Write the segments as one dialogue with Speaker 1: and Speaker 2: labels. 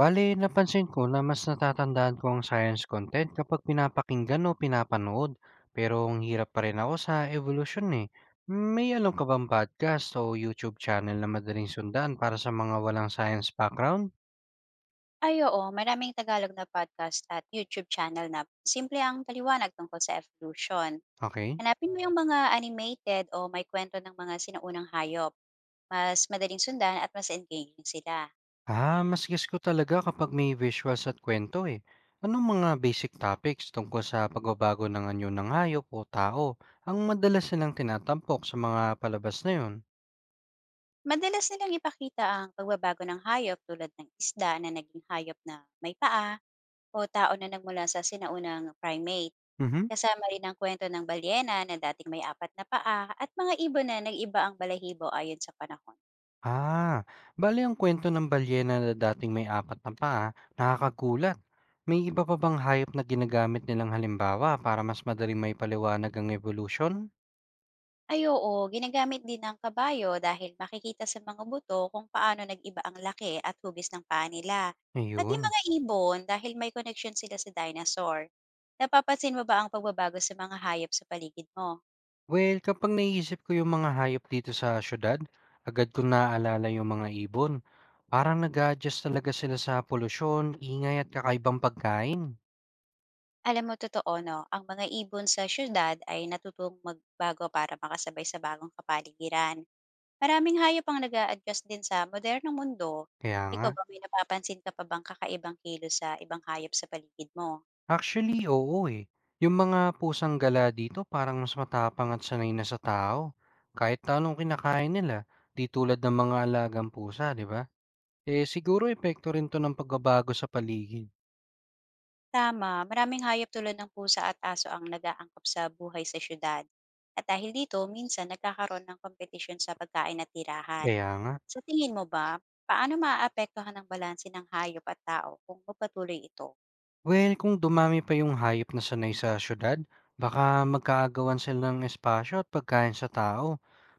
Speaker 1: Bale, napansin ko na mas natatandaan ko ang science content kapag pinapakinggan o pinapanood. Pero ang hirap pa rin ako sa evolution eh. May alam ka bang podcast o YouTube channel na madaling sundan para sa mga walang science background?
Speaker 2: Ay oo, maraming Tagalog na podcast at YouTube channel na simple ang paliwanag tungkol sa evolution.
Speaker 1: Okay.
Speaker 2: Hanapin mo yung mga animated o may kwento ng mga sinaunang hayop. Mas madaling sundan at mas engaging sila.
Speaker 1: Ah, mas guess ko talaga kapag may visuals at kwento eh. Anong mga basic topics tungkol sa pagbabago ng anyo ng hayop o tao ang madalas silang tinatampok sa mga palabas na yun?
Speaker 2: Madalas nilang ipakita ang pagbabago ng hayop tulad ng isda na naging hayop na may paa o tao na nagmula sa sinaunang primate.
Speaker 1: Mhm.
Speaker 2: Kasama rin ang kwento ng balyena na dating may apat na paa at mga ibon na nag-iba ang balahibo ayon sa panahon.
Speaker 1: Ah, bale ang kwento ng balyena na dating may apat na paa, nakakagulat. May iba pa bang hayop na ginagamit nilang halimbawa para mas madaling may paliwanag ang evolution?
Speaker 2: Ay oo, ginagamit din ng kabayo dahil makikita sa mga buto kung paano nag-iba ang laki at hugis ng paa nila. Pati
Speaker 1: Ayun.
Speaker 2: mga ibon dahil may connection sila sa dinosaur. Napapansin mo ba ang pagbabago sa mga hayop sa paligid mo?
Speaker 1: Well, kapag naisip ko yung mga hayop dito sa syudad, agad ko naaalala yung mga ibon. Parang nag-adjust talaga sila sa polusyon, ingay at kakaibang pagkain.
Speaker 2: Alam mo, totoo no, ang mga ibon sa syudad ay natutong magbago para makasabay sa bagong kapaligiran. Maraming hayop ang nag adjust din sa modernong mundo.
Speaker 1: Kaya nga.
Speaker 2: Ikaw ba may napapansin ka pa bang kakaibang kilo sa ibang hayop sa paligid mo?
Speaker 1: Actually, oo, eh. Yung mga pusang gala dito parang mas matapang at sanay na sa tao. Kahit na anong kinakain nila, di tulad ng mga alagang pusa, di ba? Eh siguro epekto rin to ng pagbabago sa paligid.
Speaker 2: Tama, maraming hayop tulad ng pusa at aso ang nag-aangkop sa buhay sa syudad. At dahil dito, minsan nagkakaroon ng kompetisyon sa pagkain at tirahan.
Speaker 1: Kaya nga.
Speaker 2: Sa tingin mo ba, paano maaapektuhan ang balanse ng hayop at tao kung magpatuloy ito?
Speaker 1: Well, kung dumami pa yung hayop na sanay sa syudad, baka magkaagawan sila ng espasyo at pagkain sa tao.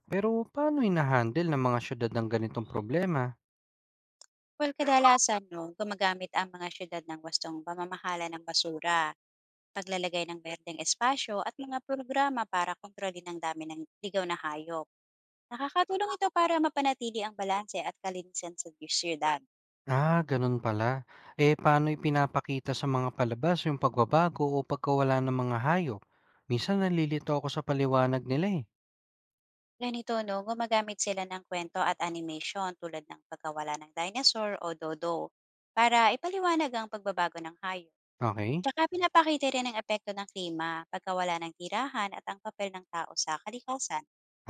Speaker 1: Pero paano inahandle ng mga syudad ng ganitong problema?
Speaker 2: Well, kadalasan no, gumagamit ang mga syudad ng wastong pamamahala ng basura, paglalagay ng berdeng espasyo at mga programa para kontrolin ang dami ng ligaw na hayop. Nakakatulong ito para mapanatili ang balanse at kalinisan sa syudad.
Speaker 1: Ah, ganun pala. Eh, paano ipinapakita sa mga palabas yung pagbabago o pagkawala ng mga hayop? Minsan nalilito ako sa paliwanag nila eh.
Speaker 2: Ganito, no? Gumagamit sila ng kwento at animation tulad ng pagkawala ng dinosaur o dodo para ipaliwanag ang pagbabago ng hayop.
Speaker 1: Okay?
Speaker 2: Tsaka pinapakita rin ang epekto ng klima, pagkawala ng tirahan at ang papel ng tao sa kalikasan.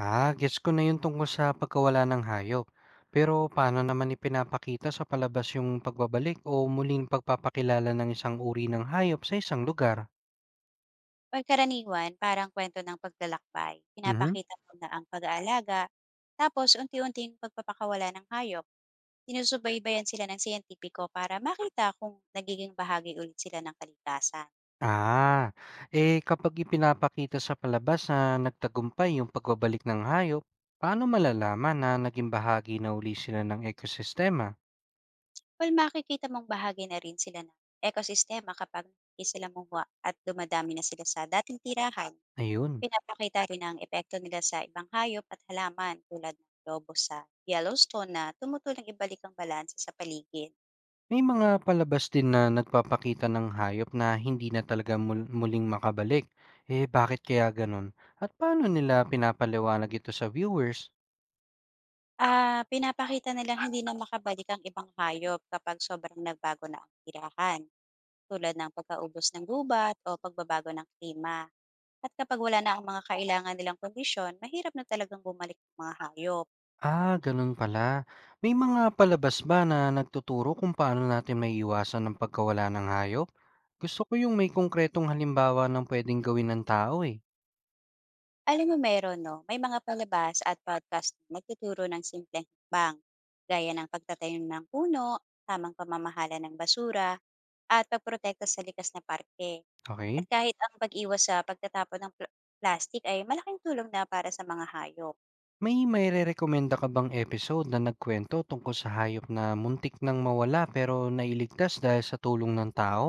Speaker 1: Ah, gets ko na yung tungkol sa pagkawala ng hayop. Pero paano naman ipinapakita sa palabas yung pagbabalik o muling pagpapakilala ng isang uri ng hayop sa isang lugar?
Speaker 2: Or karaniwan, parang kwento ng paglalakbay.
Speaker 1: Mhm.
Speaker 2: Pinapakita mo na ang pag-aalaga, tapos unti-unting pagpapakawala ng hayop. Sinusubaybayan sila ng siyentipiko para makita kung nagiging bahagi ulit sila ng kalikasan.
Speaker 1: Ah, eh kapag ipinapakita sa palabas na nagtagumpay yung pagbabalik ng hayop, paano malalaman na naging bahagi na uli sila ng ekosistema?
Speaker 2: Well, makikita mong bahagi na rin sila ng ekosistema kapag hindi sila mumuha at dumadami na sila sa dating tirahan.
Speaker 1: Ayun.
Speaker 2: Pinapakita rin ang epekto nila sa ibang hayop at halaman tulad ng lobo sa Yellowstone na tumutulong ibalik ang balanse sa paligid.
Speaker 1: May mga palabas din na nagpapakita ng hayop na hindi na talaga muling makabalik. Eh bakit kaya ganun? At paano nila pinapaliwanag ito sa viewers?
Speaker 2: Ah, pinapakita nilang hindi na makabalik ang ibang hayop kapag sobrang nagbago na ang tirahan, tulad ng pagkaubos ng gubat o pagbabago ng klima. At kapag wala na ang mga kailangan nilang kondisyon, mahirap na talagang bumalik ang mga hayop.
Speaker 1: Ah, ganun pala. May mga palabas ba na nagtuturo kung paano natin may maiiwasan ang pagkawala ng hayop? Gusto ko yung may konkretong halimbawa ng pwedeng gawin ng tao eh.
Speaker 2: Alam mo meron 'no, may mga palabas at podcast na nagtuturo ng simpleng hakbang, gaya ng pagtatanim ng puno, tamang pamamahala ng basura, at pagprotekta sa likas na parke. At
Speaker 1: Okay?
Speaker 2: kahit ang pag-iwas sa pagtatapon ng plastic ay malaking tulong na para sa mga hayop.
Speaker 1: May rekomenda ka bang episode na nagkwento tungkol sa hayop na muntik nang mawala pero nailigtas dahil sa tulong ng tao?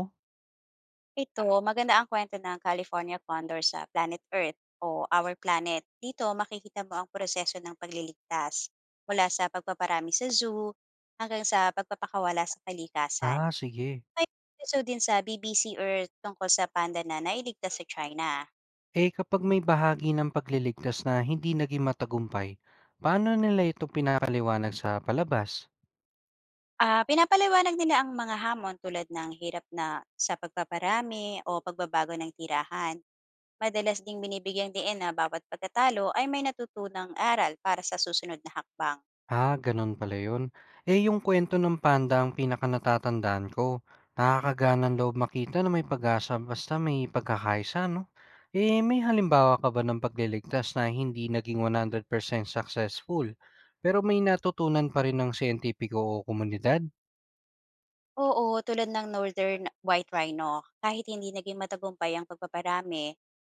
Speaker 2: Ito, maganda ang kwento ng California Condor sa Planet Earth o Our Planet. Dito, makikita mo ang proseso ng pagliligtas mula sa pagpaparami sa zoo hanggang sa pagpapakawala sa kalikasan.
Speaker 1: Ah, sige.
Speaker 2: May episode din sa BBC or tungkol sa panda na nailigtas sa China.
Speaker 1: Eh kapag may bahagi ng pagliligtas na hindi naging matagumpay, paano nila ito pinakaliwanag sa palabas?
Speaker 2: Ah, pinapaliwanag nila ang mga hamon tulad ng hirap na sa pagpaparami o pagbabago ng tirahan. Madalas ding binibigyang diin na bawat pagkatalo ay may natutunang aral para sa susunod na hakbang.
Speaker 1: Ah, gano'n pala 'yun. Eh, yung kwento ng panda ang pinakanatatandaan ko. Nakakaganang loob makita na may pag-asa basta may pagkakaisa, 'no? Eh, may halimbawa ka ba ng pagliligtas na hindi naging 100% successful, pero may natutunan pa rin ng siyentipiko o komunidad?
Speaker 2: Oo, tulad ng Northern White Rhino, kahit hindi naging matagumpay ang pagpaparami,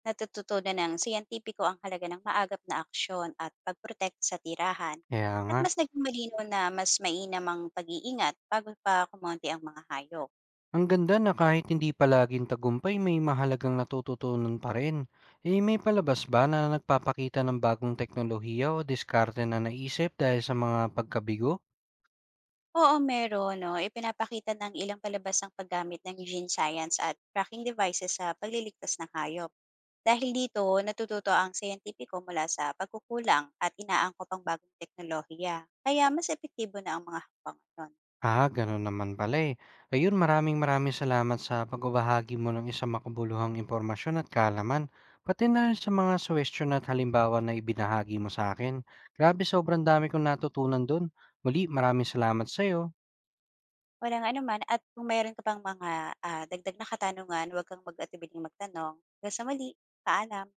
Speaker 2: natututunan ng siyentipiko ang halaga ng maagap na aksyon at pagprotect sa tirahan.
Speaker 1: Kaya
Speaker 2: At
Speaker 1: nga,
Speaker 2: mas naging malinaw na mas mainam ang pag-iingat bago pa kumonti ang mga hayop.
Speaker 1: ang ganda na kahit hindi palaging tagumpay, may mahalagang natututunan pa rin. Eh, may palabas ba na nagpapakita ng bagong teknolohiya o diskarte na naisip dahil sa mga pagkabigo?
Speaker 2: Oo, meron 'no. Ipinapakita ng ilang palabas ang paggamit ng gene science at tracking devices sa pagliligtas ng hayop. Dahil dito, natututo ang scientifico mula sa pagkukulang at inaangkop ang bagong teknolohiya. Kaya mas epektibo na ang mga hakbang nun.
Speaker 1: Ah, gano'n naman pala, eh. Ayun, maraming-maraming salamat sa pagbabahagi mo ng isang makabuluhang impormasyon at kaalaman, pati na rin sa mga suwestiyon at halimbawa na ibinahagi mo sa akin. Grabe, sobrang dami kong natutunan do'n. Muli, maraming salamat sa iyo.
Speaker 2: Walang anuman at kung mayroon ka pang mga, dagdag na katanungan, huwag kang mag-atubiling magtanong. Hanggang sa muli, paalam.